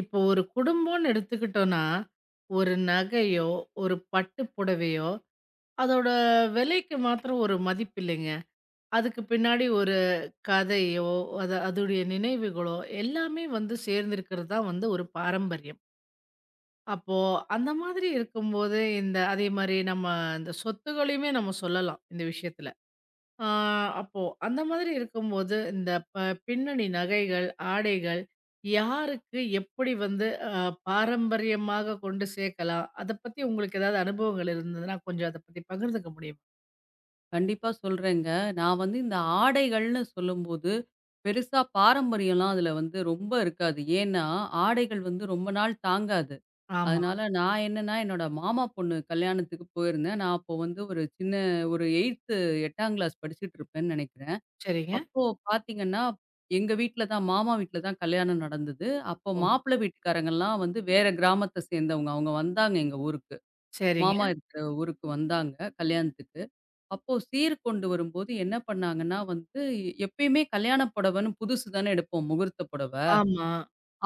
இப்போ ஒரு குடும்பம்னு எடுத்துக்கிட்டோம்னா, ஒரு நகையோ, ஒரு பட்டு புடவையோ, அதோட விலைக்கு மாத்திரம் ஒரு மதிப்பு இல்லைங்க. அதுக்கு பின்னாடி ஒரு கதையோ, அது அதுடைய நினைவுகளோ எல்லாமே வந்து சேர்ந்திருக்கிறது தான் வந்து ஒரு பாரம்பரியம். அப்போ அந்த மாதிரி இருக்கும்போது, இந்த அதேமாரி நம்ம இந்த சொத்துகளையுமே நம்ம சொல்லலாம் இந்த விஷயத்துல. ஆ, அப்போ அந்த மாதிரி இருக்கும்போது, இந்த பின்னணி நகைகள், ஆடைகள் யாருக்கு எப்படி வந்து பாரம்பரியமாக கொண்டு சேர்க்கலாம்? அத பத்தி உங்களுக்கு ஏதாவது அனுபவங்கள் இருந்ததுன்னா, கொஞ்சம் அத பத்தி பகிர்ந்துக்க முடியுமா? கண்டிப்பா சொல்றேங்க. நான் வந்து இந்த ஆடைகள்னு சொல்லும்போது, பெருசா பாரம்பரியம்லாம் அதுல வந்து ரொம்ப இருக்காது. ஏன்னா, ஆடைகள் வந்து ரொம்ப நாள் தாங்காது. ஆமா. அதனால நான் என்னன்னா, என்னோட மாமா பொண்ணு கல்யாணத்துக்கு போயிருந்தேன். நான் அப்போ வந்து ஒரு சின்ன ஒரு 8த் 8ஆம் கிளாஸ் படிச்சுட்டு இருப்பேன்னு நெனைக்கிறேன். சரிங்க. அப்போ பார்த்தீங்கன்னா, எங்க வீட்ல தான் மாமா வீட்ல தான் கல்யாணம் நடந்தது. அப்போ ஓ! மாப்பிள்ளை வீட்டுக்காரங்கலாம் வந்து வேற கிராமத்த சேர்ந்தவங்க. அவங்க வந்தாங்க எங்க ஊருக்கு. சரிங்க. மாமா இருக்கிற ஊருக்கு வந்தாங்க கல்யாணத்துக்கு. அப்போ சீர் கொண்டு வரும்போது என்ன பண்ணாங்கன்னா வந்து, எப்பயுமே கல்யாண புடவைன்னு புதுசு தானே எடுப்போம், முகூர்த்த புடவ. ஆமா.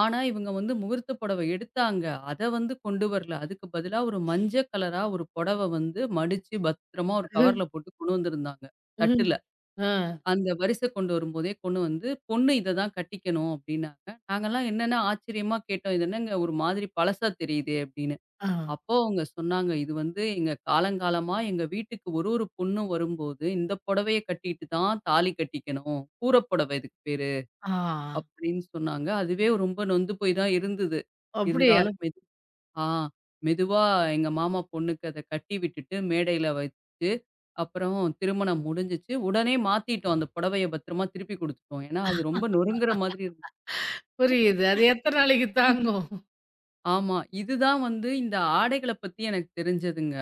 ஆனா, இவங்க வந்து முகூர்த்த புடவ எடுத்தாங்க. அத வந்து கொண்டு வரல. அதுக்கு பதிலா ஒரு மஞ்ச கலரா ஒரு புடவ வந்து மடிச்சு பத்திரமா ஒரு ம், கவர்ல போட்டு கொண்டு வந்திருந்தாங்க, ம். தட்டுல. ஆ. அந்த வரிசை கொண்டு வரும்போதே கொண்டு வந்து, "பொண்ணு இத தான் கட்டிக்கணும்" அப்படின்னாங்க. நாங்கலாம் என்னென்ன ஆச்சரியமா கேட்டோம். "இது என்னங்க ஒரு மாதிரி பழசா தெரியுதே" அப்படின்னு. ஆ. அப்போ அவங்க சொன்னாங்க, "இது வந்து எங்க காலங்காலமா எங்க வீட்டுக்கு ஒரு ஒரு பொண்ணும் வரும்போது, இந்த புடவைய கட்டிட்டு தான் தாலி கட்டிக்கணும். கூரப்புடவை இதுக்கு பேரு." ஆ. அப்படின்னு சொன்னாங்க. அதுவே ரொம்ப நொந்து போய் தான் இருந்தது. அப்படியா? இருந்தாலும் ஆ மெதுவா எங்க மாமா பொண்ணுக்கு அத கட்டி விட்டுட்டு, மேடையில வச்சு, அப்புறம் திருமணம் முடிஞ்சுச்சு. உடனே மாத்திட்டோம். அந்த புடவைய பத்திரமா திருப்பி குடுத்துட்டோம். ஏன்னா, அது ரொம்ப நொறுங்குற மாதிரி இருந்துச்சு. புரியுது. அது எத்தன நாளைக்கு தாங்கும்? ஆமா. இதுதான் வந்து இந்த ஆடைகள பத்தி எனக்கு தெரிஞ்சதுங்க.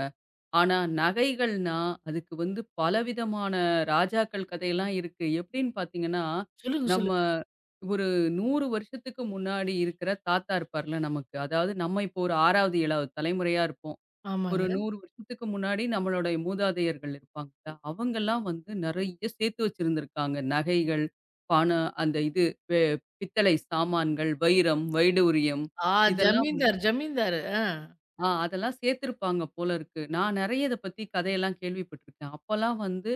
ஆனா, நகைகள்னா, அதுக்கு வந்து பலவிதமான ராஜாக்கள் கதையெல்லாம் இருக்கு. எப்படின்னு பார்த்தீங்கன்னா, சொல்லுங்க, நம்ம சொல்லுங்க. ஒரு 100 வருஷத்துக்கு முன்னாடி இருக்கிற தாத்தா இருப்பார்ல நமக்கு. அதாவது நம்ம இப்போ ஒரு 6வது, 7வது தலைமுறையா இருப்போம். ஒரு ஆமாங்க. 100 வருஷத்துக்கு முன்னாடி நம்மளுடைய மூதாதையர்கள் இருப்பாங்கல்ல, அவங்கலாம் வந்து நெறைய சேர்த்து வச்சிருந்திருக்காங்க. நகைகள், பணம், அந்த இது வெ பித்தளை சாமான்கள், வைரம், வைடூரியம் ஆ, இதெல்லாம். ஜமீன்தார், ஜமீன்தார். ஆ, அதெல்லாம் சேர்த்திருப்பாங்க போல இருக்கு. நான் நெறைய இத பத்தி கதையெல்லாம் கேள்விப்பட்டுருக்கேன். அப்பலாம் வந்து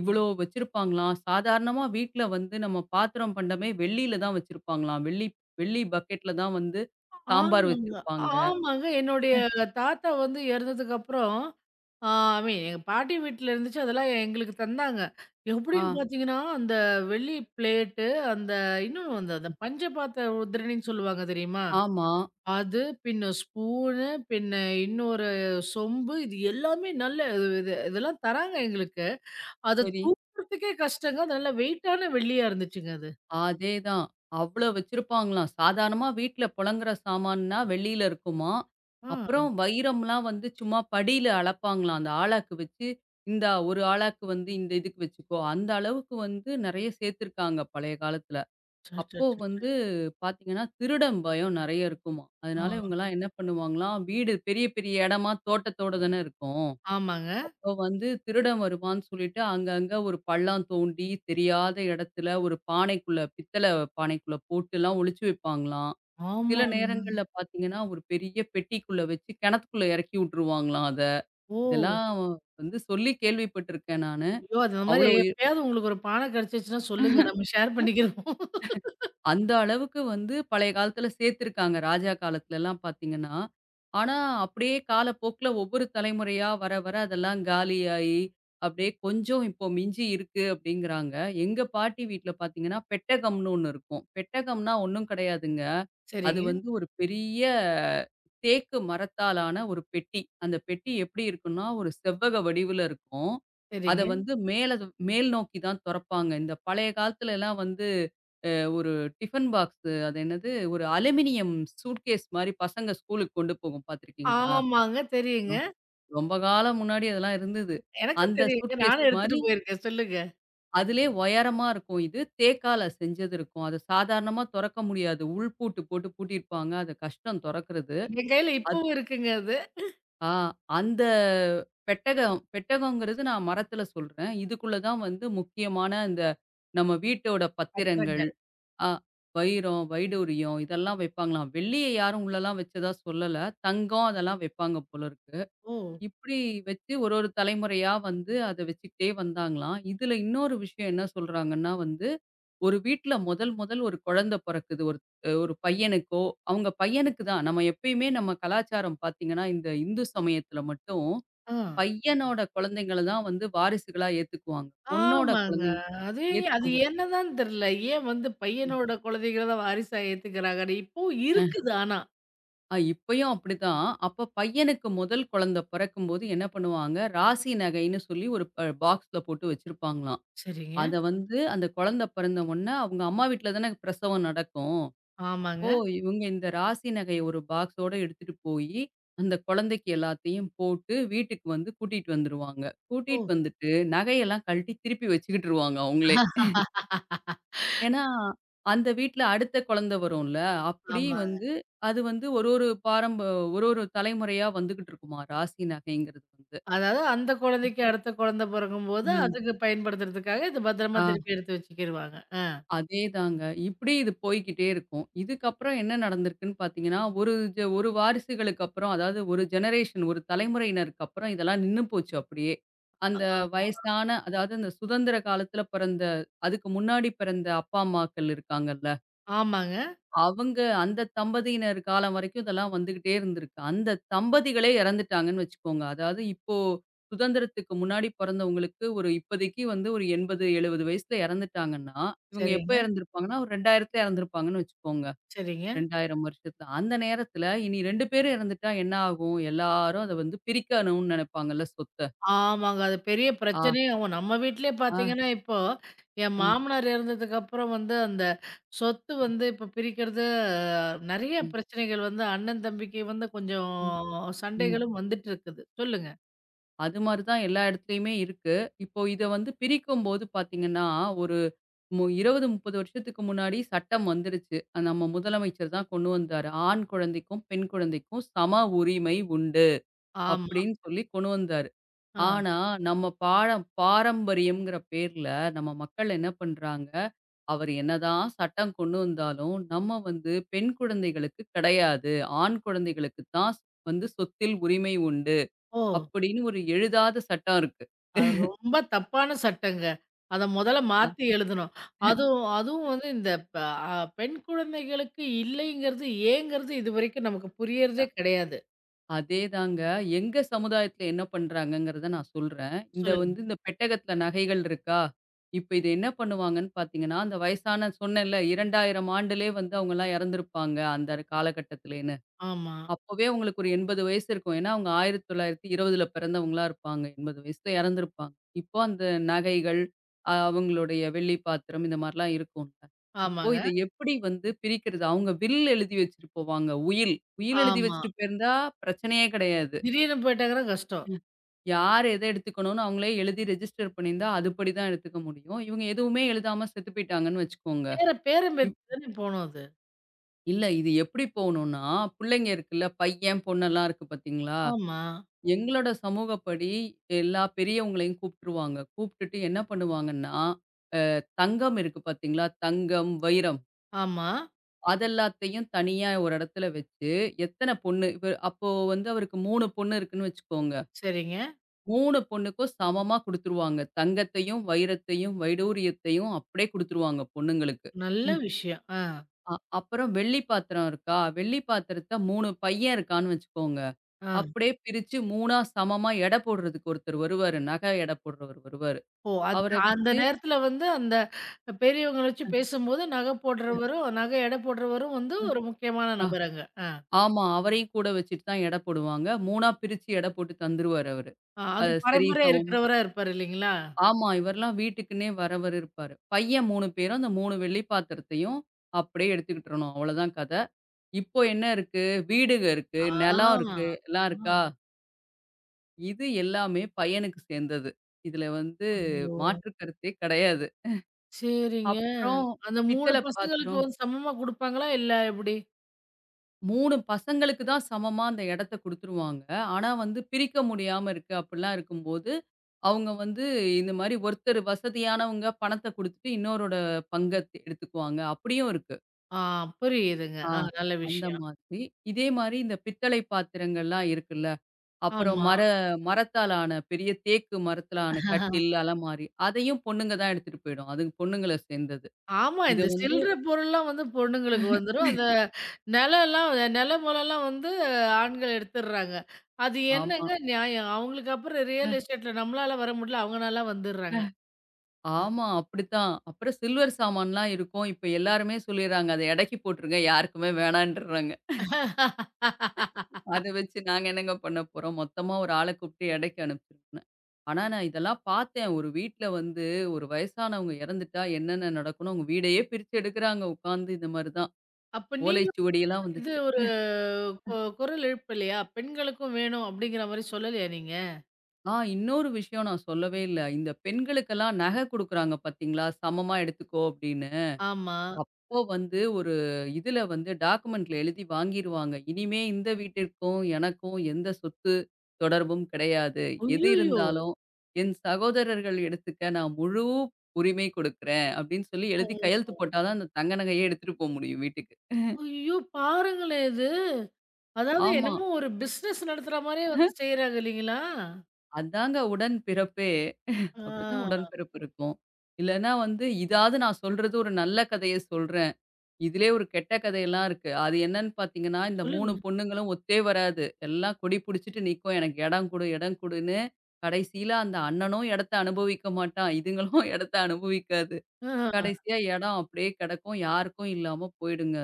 இவ்ளோ வச்சிருப்பாங்களாம். சாதாரணமா வீட்ல வந்து நம்ம பாத்திரம் பண்டமே வெள்ளியில தான் வச்சிருப்பாங்களாம். வெள்ளி வெள்ளி பக்கெட்ல தான் வந்து சாம்பார் ஆமாங்க. வச்சிருப்பாங்க. ஆமாங்க, என்னுடைய தாத்தா வந்து இறந்ததுக்கப்புறம், ஆ, ஐ மீன், எங்க பாட்டி வீட்ல இருந்துச்சு. அதெல்லாம் எங்களுக்கு தந்தாங்க. ஆ, எப்படின்னு பார்த்தீங்கன்னா, அந்த வெள்ளி பிளேட்டு, அந்த இன்னும் அந்த அந்த பஞ்ச பாத்திர உதிரணின்னு சொல்லுவாங்க தெரியுமா? ஆமா. அது, பின்ன ஸ்பூனு, பின்ன இன்னொரு சொம்பு. இது எல்லாமே நல்ல இது இது இதெல்லாம் தராங்க எங்களுக்கு. அத சரி. தூக்குறதுக்கே கஷ்டங்க. அது நல்ல வெயிட்டான வெள்ளியா இருந்துச்சுங்க அது. அதேதான். அவ்ளோ வச்சிருப்பாங்களாம். சாதாரணமா வீட்ல புழங்குற சாமான்னா வெள்ளியில இருக்குமாம். ஆ. அப்புறம் வைரம்லாம் வந்து சும்மா படியில அளப்பாங்களாம். அந்த ஆழாக்கு வச்சு, இந்தா 1 ஆழாக்கு வந்து இந்த இதுக்கு வச்சுக்கோ. அந்த அளவுக்கு வந்து நெறைய சேர்த்துருக்காங்க பழைய காலத்துல. அப்போ அச்சச்சச்சச்ச! வந்து பார்த்தீங்கன்னா, திருடன் பயம் நெறைய இருக்குமாம். அதனால ஆ. இவங்கலாம் என்ன பண்ணுவாங்களாம், வீடு பெரிய பெரிய இடமா தோட்டத்தோட தானே இருக்கும். ஆமாங்க. அப்போ வந்து திருடன் வருவான்னு சொல்லிட்டு அங்கங்க ஒரு பள்ளம் தோண்டி தெரியாத இடத்துல ஒரு பானைக்குள்ள பித்தளை பானைக்குள்ள போட்டுலாம் ஒளிச்சு வைப்பாங்களாம். சில ஆமாங்க. நேரங்கள்ல பார்த்தீங்கன்னா, ஒரு பெரிய பெட்டிக்குள்ள வச்சு கிணத்துக்குள்ள இறக்கி விட்டுருவாங்களாம் அத. ஓ! இதெல்லாம் வந்து சொல்லி கேள்விப்பட்டுருக்கேன் நானு. ஐயோ! அது அந்த மாரி அவ்ளோ எப்பயாவது உங்களுக்கு ஒரு பானை கிடைச்சிச்சுன்னா சொல்லுங்க. நம்ம ஷேர் பண்ணிக்கிறோம். அந்த அளவுக்கு வந்து பழைய காலத்துல சேர்த்துருக்காங்க. ராஜா காலத்துலலாம் பார்த்தீங்கன்னா. ஆனா, அப்படியே காலப்போக்குல ஒவ்வொரு தலைமுறையா வர, வர அதெல்லாம் காலியாயி, அப்படியே கொஞ்சம் இப்போ மிஞ்சி இருக்கு அப்படிங்கிறாங்க. எங்க பாட்டி வீட்ல பார்த்தீங்கன்னா, பெட்டகம்னு ஒண்ணு இருக்கும். பெட்டகம்னா ஒண்ணும் கிடையாதுங்க. அது சரிங்க, வந்து ஒரு பெரிய தேக்கு மரத்தாலான ஒரு பெட்டி. அந்த பெட்டி எப்படி இருக்கும்னா, ஒரு செவ்வக வடிவுல இருக்கும். அத சரிங்க. வந்து மேல மேல் நோக்கி தான் தொறப்பாங்க. இந்த பழைய காலத்துலலாம் வந்து அ ஒரு டிஃபன் பாக்ஸு அது என்னது? ஒரு அலுமினியம் சூட்கேஸ் மாரி பசங்க ஸ்கூலுக்கு கொண்டு போகும் பார்த்துருக்கீங்களா? ஆமாங்க. தெரியுங்க. ரொ ரொம்ப காலம் முன்னாடி அதெல்லாம் இருந்தது. எனக்கும் அந்த தெரியுங்க. சூட்கேஸ் நானும் எடுத்துட்டு மாரி போயிருக்கேன். சொல்லுங்க. அதிலே உயரமா இருக்கும் இது. தேக்கால செஞ்சது இருக்கும். அத சாதாரணமா தொறக்க முடியாது. உள் பூட்டு போட்டு பூட்டியிருப்பாங்க. அது கஷ்டம் தொறக்கிறது. என் கையில இப்பவும் இருக்குங்க அது. ஆ, அந்த பெட்டகம் பெட்டகங்கிறது நான் மரத்தில சொல்றேன். இதுக்குள்ள தான் வந்து முக்கியமான இந்த நம்ம வீட்டோட பத்திரங்கள், பத்திரங்கள். அ வைரம், வைடூரியம் இதெல்லாம் வைப்பாங்களாம். வெள்ளிய யாரும் உள்ளலாம் வச்சதா சொல்லல. தங்கம் அதெல்லாம் வைப்பாங்க போல இருக்கு. ஓ! இப்படி வச்சு ஒரு ஒரு தலைமுறையா வந்து அத வச்சுக்கிட்டே வந்தாங்களாம். இதுல இன்னொரு விஷயம் என்ன சொல்றாங்கன்னா வந்து, ஒரு வீட்ல முதல் முதல் ஒரு குழந்தை பொறக்குது. ஒரு ஒரு பையனுக்கோ அவங்க பையனுக்கு தான். நம்ம எப்பயுமே நம்ம கலாச்சாரம் பார்த்தீங்கன்னா, இந்த இந்து சமயத்துல மட்டும் ஆ. பையனோட குழந்தைங்கள தான் வந்து வாரிசுகளா ஏத்துக்குவாங்க. பொண்ணோட ஆமாங்க. குழந்தைங்க அது ஏத்துக்க அது மாட்டாங்க. என்னதான் தெரியல. ஏன் வந்து பையனோட குழந்தைகள தான் வாரிசா ஏத்துக்கிறாங்கன்னு. இப்பவும் ம். இருக்குது ஆனா. இப்பயும் அப்படிதான். அப்ப பையனுக்கு முதல் குழந்தை பிறக்கும்போது என்ன பண்ணுவாங்க, ராசி நகைன்னு சொல்லி ஒரு பாக்ஸ்ல போட்டு வச்சிருப்பாங்களாம். சரிங்க. அத வந்து அந்த குழந்தை பிறந்த உடனே அவங்க அம்மா வீட்ல தானே பிரசவம் நடக்கும். அப்போ ஆமாங்க. இவங்க இந்த ராசி நகைய ஒரு பாக்ஸோட எடுத்துட்டு போயி, அந்த குழந்தைக்கு எல்லாத்தையும் போட்டு வீட்டுக்கு வந்து கூட்டிட்டு வந்துருவாங்க. கூட்டிட்டு ஓ! வந்துட்டு நகையெல்லாம் கழட்டி திருப்பி வச்சுக்கிட்டுருவாங்க அவங்களே. ஏன்னா, அந்த வீட்ல அடுத்த குழந்தை வரும்ல. அப்படி ஆமாங்க. வந்து அது வந்து ஒரு ஒரு பாரம்ப ஒரு ஒரு தலைமுறையா வந்துகிட்டு இருக்குமா ராசி நகைங்கிறது வந்து. அதாவது அந்த குழந்தைக்கு அடுத்த குழந்தை பொறக்கும்போது ம். அதுக்கு பயன்படுத்துறதுக்காக இது பத்திரமா ஆ. திருப்பி எடுத்து வச்சுக்கிருவாங்க. அதேதாங்க. இப்படி இது போய்க்கிட்டே இருக்கும். இதுக்கப்புறம் என்ன நடந்திருக்குன்னு பார்த்தீங்கன்னா, ஒரு வாரிசுகளுக்கு அப்புறம், அதாவது ஒரு ஜெனரேஷன், ஒரு தலைமுறையினருக்கு அப்புறம் இதெல்லாம் நின்னு போச்சு அப்படியே. ஆ, அந்த வயசான அதாவது அந்த சுதந்திர காலத்தில பிறந்த அதுக்கு முன்னாடி பிறந்த அப்பா, அம்மாக்கள் இருக்காங்கல்ல. ஆமாங்க. அவங்க அந்த தம்பதியினர் காலம் வரைக்கும் இதெல்லாம் வந்துகிட்டே இருந்திருக்கு. அந்த தம்பதிகளே இறந்துட்டாங்கன்னு வச்சுக்கோங்க. அதாவது இப்போ சுதந்திரத்துக்கு முன்னாடி பொறந்தவங்களுக்கு ஒரு இப்போதைக்கு வந்து ஒரு 80, 70 வயசுல இறந்துட்டாங்கன்னா, இவங்க எப்ப சரிங்க, இறந்திருப்பாங்கன்னா, ஒரு 2000த்துல இறந்திருப்பாங்கன்னு வச்சுக்கோங்க. சரிங்க. 2000 வருஷத்துல. அந்த நேரத்துல இனி 2 பேரும் இறந்துட்டா என்ன ஆகும்? எல்லாரும் அத வந்து பிரிக்கணும்னு நினைப்பாங்கல்ல சொத்த. ஆமாங்க. அது பெரிய ஆ, பிரச்சனையும் ஆவும். நம்ம வீட்லயே ஆ, பார்த்தீங்கன்னா, இப்போ என் ம், மாமனார் இறந்ததுக்கப்புறம் வந்து அந்த சொத்து வந்து இப்போ பிரிக்கிறது நெறைய ம், பிரச்சனைகள் வந்து அண்ணன், தம்பிக்கு வந்து கொஞ்சம் ம், ம். சண்டைகளும் வந்துட்டு இருக்குது. சொல்லுங்க. அது மாரி தான் எல்லா இடத்துலயுமே இருக்கு. இப்போ இத வந்து பிரிக்கும்போது பார்த்தீங்கன்னா, ஒரு 20, 30 வருஷத்துக்கு முன்னாடி சட்டம் வந்துருச்சு. நம்ம முதலமைச்சர் தான் கொண்டு வந்தாரு. ஆண் குழந்தைக்கும், பெண் குழந்தைக்கும் சம உரிமை உண்டு ஆமா. அப்படின்னு சொல்லி கொண்டு வந்தாரு. ஆ. ஆனா, நம்ம பாரம்பரியம்ங்கிற பேர்ல நம்ம மக்கள் என்ன பண்றாங்க, அவர் என்னதான் சட்டம் கொண்டு வந்தாலும், நம்ம வந்து பெண் குழந்தைகளுக்கு கிடையாது. ஆண் குழந்தைகளுக்கு தான் வந்து சொத்தில் உரிமை உண்டு ஓ! அப்படின்னு ஒரு எழுதாத சட்டம் இருக்கு. அது ரொம்ப தப்பான சட்டங்க. அத முதல்ல அ மாத்தி எழுதணும். அதுவும் அதுவும் வந்து இந்த ப அ பெண் குழந்தைகளுக்கு இல்லைங்கிறது ஏங்கிறது இதுவரைக்கும் நமக்கு அ புரியறதே கிடையாது. அதேதாங்க. எங்க சமுதாயத்துல என்ன பண்றாங்கங்கிறத நான் சொல்றேன். இந்த சொல்லு. வந்து இந்த பெட்டகத்துல நகைகள் இருக்கா? இப்ப இது என்ன பண்ணுவாங்கன்னு பார்த்தீங்கன்னா, அந்த வயசான சொன்னேன்ல 2000 ஆண்டுலே வந்து அவங்கலாம் இறந்திருப்பாங்க, அந்த காலகட்டத்திலே ஆமா. அப்பவே உங்களுக்கு ஒரு 80 வயசு இருக்கும். ஏன்னா, அவங்க 1920ல பிறந்தவங்களா இருப்பாங்க. 80 வயசுல இறந்திருப்பாங்க. இப்போ அந்த நகைகள், அவங்களுடைய வெள்ளி பாத்திரம் இந்த மாரிலாம் இருக்கும்ல. இப்போ ஆமாங்க. இத எப்படி வந்து பிரிக்கிறது? அவங்க வில் எழுதி வச்சுட்டு போவாங்க. உயில். உயில் எழுதி ஆமா. வச்சுட்டு போயிருந்தா பிரச்சனையே கிடையாது. திடீர்னு போயிட்டாங்கன்னா கஷ்டம். யார் எத எடுத்துக்கணும்னு அவங்களே எழுதி ரெஜிஸ்டர் பண்ணியிருந்தா, அதுபடி தான் எடுத்துக்க முடியும். இவங்க எதுவுமே எழுதாம செத்து போயிட்டாங்கன்னு வச்சுக்கோங்க. பேர பேரன், இப் பேத்தி தானே போணும் அது. இல்ல இது எப்படி போகணும்னா, புள்ளைங்க இருக்குல்ல, பையன் பொண்ணெல்லாம் இருக்கு பார்த்தீங்களா? ஆமா, எங்களோட சமூகப்படி எல்லா பெரியவங்களையும் கூப்பிட்டுருவாங்க. கூப்பிட்டுட்டு என்ன பண்ணுவாங்கன்னா, தங்கம் இருக்கு பார்த்தீங்களா? தங்கம், வைரம் ஆமா. அதெல்லாத்தையும் தனியா ஒரு இடத்துல வச்சு, எத்தன பொண்ணு இப்ப அப்போ வந்து அவருக்கு 3 பொண்ணு இருக்குன்னு வச்சுக்கோங்க. சரிங்க. 3 பொண்ணுக்கும் சமமா குடுத்துருவாங்க. தங்கத்தையும், வைரத்தையும், வைடூரியத்தையும் அப்படியே குடுத்துருவாங்க பொண்ணுங்களுக்கு. நல்ல விஷயம். ஆ, அப்புறம் வெள்ளி பாத்திரம் இருக்கா? வெள்ளி பாத்திரத்த 3 பையன் இருக்கான்னு வச்சுக்கோங்க. ஆ. அப்படியே பிரிச்சு 3ஆ சமமா எடை போடுறதுக்கு ஒருத்தர் வருவாரு. நகை எடை போடுறவர் வருவாரு. ஓ! அந்த அவர அந்த வச்சு நேரத்துல வந்து அந்த பெரியவங்கள வச்சு பேசும்போது நகை போடுறவரும், நகை எடை போடுறவரும் வந்து ஒரு முக்கியமான அ நபர் அங்க. ஆ, ஆமா. அவரையும் கூட வச்சுட்டு தான் எடை போடுவாங்க. 3ஆ பிரிச்சு எடை போட்டு தந்துருவாரு அவரு. ஆ. அது அது சரி, பரம்பரையா சமம். இருக்கிறவரா இருப்பாரு இல்லைங்களா? ஆமா. இவர்லாம் வீட்டுக்குன்னே வரவரு இருப்பாரு. பையன் 3 பேரும் அந்த 3 வெள்ளி பாத்திரத்தையும் அப்படியே எடுத்துக்கிட்டுறணும். அவ்வளோதான் கத. இப்போ என்ன இருக்கு? வீடுங்க இருக்கு, ஆ, நிலம் இருக்கு, எல்லாம் இருக்கா? ஆ. இது எல்லாமே பையனுக்கு சேர்ந்தது. இதுல வந்து ஐயோ! மாற்று கருத்தே கிடையாது. சரிங்க. அப்புறம் அந்த 3 பித்தள பசங்களுக்கு பாத்திரம் வந்து சமமா குடுப்பாங்களா? இல்ல எப்படி? 3 பசங்களுக்கு தான் சமமா அந்த இடத்த குடுத்துருவாங்க. ஆனா வந்து பிரிக்க முடியாம இருக்கு அப்டிலாம் இருக்கும்போது, அவங்க வந்து இந்த மாரி ஒருத்தர் வசதியானவங்க பணத்த குடுத்துட்டு இன்னோரோட பங்க எடுத்துக்குவாங்க. அப்படியும் இருக்கு. ஆ, புரியுதுங்க. ஆ, ஆ, நல்ல அந்த விஷயம். மாதிரி. இதே மாரி இந்த பித்தளை பாத்திரங்கள்லாம் இருக்குல்ல. அப்புறம் ஆமா. மரத்தால் ஆன பெரிய தேக்கு மரத்தில ஆன கட்டில், அலமாரி அதையும் பொண்ணுங்க தான் எடுத்துட்டு போயிடும். அது பொண்ணுங்கள சேர்ந்தது. ஆமா. இத இந்த வந்து சில்லற பொருள்லாம் வந்து பொண்ணுங்களுக்கு வந்துரும். அந்த நெலம்லாம் நெல முலலாம் வந்து ஆண்கள் எடுத்துடுறாங்க. அது ஆமா. என்னங்க நியாயம்? அவங்களுக்கு அப்புறம் ரியல் எஸ்டேட்ல நம்மளால வர முடியல. அவங்கனால வந்துடுறாங்க. ஆமா, அப்படித்தான். அப்புறம் சில்வர் சாமான்லாம் இருக்கும். இப்ப எல்லாருமே சொல்லிர்றாங்க, "அத எடைக்கு போட்டுருங்க." யாருக்குமே வேணான்றாங்க. அத வச்சு நாங்க என்னங்க பண்ண போறோம்? மொத்தமா ஒரு ஆள கூப்பிட்டு எடைக்கு அனுப்பிச்சிருவேன். ஆனா, நான் இதெல்லாம் பார்த்தேன். ஒரு வீட்ல வந்து ஒரு வயசானவங்க எறந்துட்டா என்னென்ன நடக்கும்னு, அவங்க வீடையே பிரிச்சு எடுக்குறாங்க உட்காந்து. இந்த மாரி தான். அப்ப நீங்க ஓலைச்சுவடியெல்லாம் வந்து இது வந்துச்சு. ஒரு குரல் எழுப்பலையா? பெண்களுக்கும் வேணும் அப்படிங்கிற மாரி சொல்லலையா நீங்க? ஆ, இன்னொரு விஷயம் நான் சொல்லவே இல்ல. இந்த பெண்களுக்கெல்லாம் நகை குடுக்குறாங்க பார்த்தீங்களா? சமமா எடுத்துக்கோ அப்படின்னு. ஆமா. அப்போ வந்து இதுல வந்து டாக்குமெண்ட்ல எழுதி வாங்கிருவாங்க. இனிமே இந்த வீட்டிற்கும், எனக்கும் எந்த சொத்து தொடர்பும் கிடையாது. எது ஐய்யயோ! இருந்தாலும் என் சகோதரர்கள் எடுத்துக்க நான் முழு உரிமை கொடுக்கிறேன். அப்படின்னு சொல்லி எழுதி கையெழுத்து போட்டா தான் அந்த தங்க நகையே எடுத்துட்டு போ முடியும் வீட்டுக்கு. ஐயோ! பாருங்களேன் இது. அதாவது ஆமா. என்னமோ ஒரு பிசினஸ் நடத்துற மாரியே வந்து செய்றாங்க இல்லைங்களா? அதாங்க உடன் பிறப்பே. அப்படித்தான் ஆ, உடன்பிறப்பு இருக்கும். இல்லன்னா வந்து இதாவது நான் சொல்றது ஒரு நல்ல கதைய சொல்றேன். இதிலயே ஒரு கெட்ட கதையெல்லாம் இருக்கு. அது என்னன்னு பார்த்தீங்கன்னா, இந்த 3 சொல்லுங்க. பொண்ணுங்களும் ஒத்தே வராது. எல்லாம் கொடி பிடிச்சிட்டு நிக்கும். எனக்கு இடம் குடு, இடம் குடுன்னு. கடைசியில அந்த அண்ணனும் இடத்த அனுபவிக்க மாட்டான். இதுங்களும் இடத்த அனுபவிக்காது. ஆ, கடைசியா இடம் அப்படியே கிடக்கும். யாருக்கும் இல்லாம போயிடுங்க.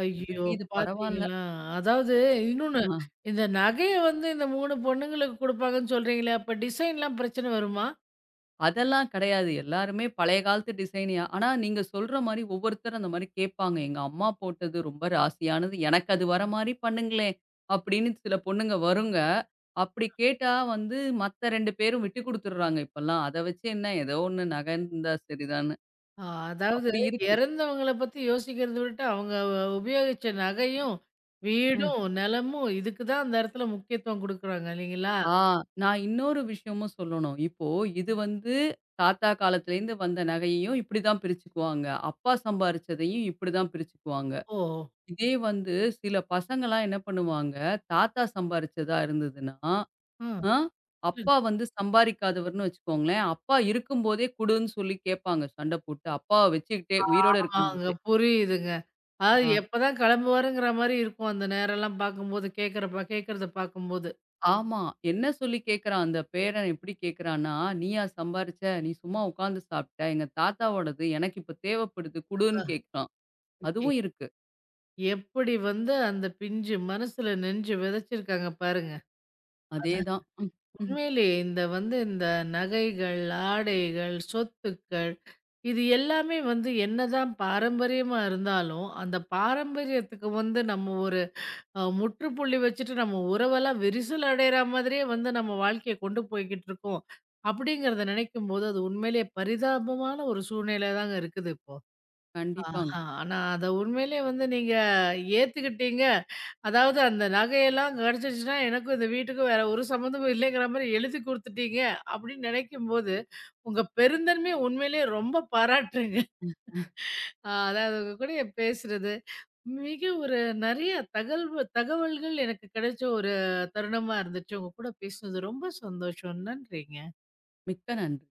ஐயோ! அதுக்கு இது பரவால்ல. பார்த்தீங்களா? அதாவது இன்னொன்னு, ஆ. இந்த நகைய வந்து இந்த 3 பொண்ணுங்களுக்கு குடுப்பாங்கன்னு சொல்றீங்களே, அப்ப டிசைன்லாம் பிரச்சனை வருமா? அதெல்லாம் கிடையாது. எல்லாருமே பழைய காலத்து டிசைன்யா ஆனா நீங்க சொல்ற மாரி ஒவ்வொருத்தரும் அந்த மாரி கேட்பாங்க. எங்க அம்மா போட்டது ரொம்ப ராசியானது. எனக்கு அது வர மாரி பண்ணுங்களேன். அப்படின்னு சில பொண்ணுங்க வருங்க. அப்படி கேட்டா வந்து மத்த 2 பேரும் விட்டு குடுத்துடுறாங்க இப்பல்லாம். அத வச்சு என்ன ஏதோ ஒண்ணு நகை இருந்தா சரிதான்னு. ஆ, அதாவது அப்படி இருக்கு. இறந்தவங்கள பத்தி யோசிக்கிறத விட்டு, அவங்க உபயோகிச்ச நகையும், அ. வீடும், நிலமும் இதுக்கு தான் அந்த இடத்துல முக்கியத்துவம் குடுக்குறாங்க இல்லைங்களா? ஆ, நான் இன்னொரு விஷயமும் சொல்லணும். இப்போ இது வந்து தாத்தா காலத்துலேருந்து வந்த நகையையும் இப்படிதான் பிரிச்சுக்குவாங்க. அப்பா சம்பாரிச்சதையும் இப்படிதான் பிரிச்சுக்குவாங்க. ஓ! இதே வந்து சில பசங்கலாம் என்ன பண்ணுவாங்க, தாத்தா சம்பாரிச்சதா இருந்ததுன்னா, ம். அ அப்பா புரியுது. வந்து சம்பாரிக்காதவர்ன்னு வச்சுக்கோங்களேன், அப்பா இருக்கும்போதே குடுன்னு சொல்லி கேட்பாங்க சண்ட போட்டு. அப்பாவ வச்சுக்கிட்டே உயிரோட ஆமாங்க, இருக்கும்போதே. புரியுதுங்க. அதாவது ஆ, எப்பதான் கிளம்புவாருங்கிற மாரி இருக்கும் அந்த நேரம்லாம் பார்க்கும்போது, கேட்கறப்ப கேட்கறத பார்க்கும்போது. ஆமா. என்ன சொல்லி கேட்குறான் அந்த பேரன் எப்படி கேட்குறான்னா, "நீயா சம்பாரிச்ச? நீ சும்மா உட்காந்து சாப்ட்ட? எங்க தாத்தாவோடது எனக்கு இப்ப தேவைப்படுது குடுன்னு" கேட்குறான். அதுவும் இருக்கு. எப்படி வந்து அந்த பிஞ்சு மனசுல நெஞ்சு விதைச்சிருக்காங்க பாருங்க. அதான். அதேதான். ம். ம். உண்மையிலேயே இந்த வந்து இந்த நகைகள், ஆடைகள், சொத்துக்கள் இது எல்லாமே வந்து என்னதான் பாரம்பரியமா இருந்தாலும், அந்த பாரம்பரியத்துக்கு வந்து நம்ம ஒரு முற்றுப்புள்ளி வச்சுட்டு நம்ம உறவெல்லாம் விரிசல் அடையிற மாதிரியே வந்து நம்ம வாழ்க்கைய கொண்டு போய்க்கிட்டு இருக்கோம். அப்படிங்கிறத நினைக்கும்போது, அது உண்மையிலேயே பரிதாபமான ஒரு சூழ்நிலை தாங்க இருக்குது இப்போ. கண்டிப்பாங்க. ஆஹா! ஆனா அத உண்மையிலேயே வந்து நீங்க ஏத்துக்கிட்டீங்க. அதாவது அந்த நகையெல்லாம் கிடைச்சிருச்சுன்னா, எனக்கும் இந்த வீட்டுக்கும் வேற ஒரு சம்மந்தமும் இல்லைங்கிற மாரி எழுதி குடுத்துட்டீங்க அப்படின்னு நினைக்கும்போது, உங்க பெருந்தன்மைய உண்மையிலேயே ரொம்ப பாராட்டுறேங்க. அதாவது உங்க கூடயே பேசுறது, மிக ஒரு நெறைய தகவல்கள் எனக்கு கிடைச்ச ஒரு தருணமா இருந்துச்சு. உங்க கூட பேசுனது ரொம்ப சந்தோஷம். நன்றிங்க. மிக்க நன்றி.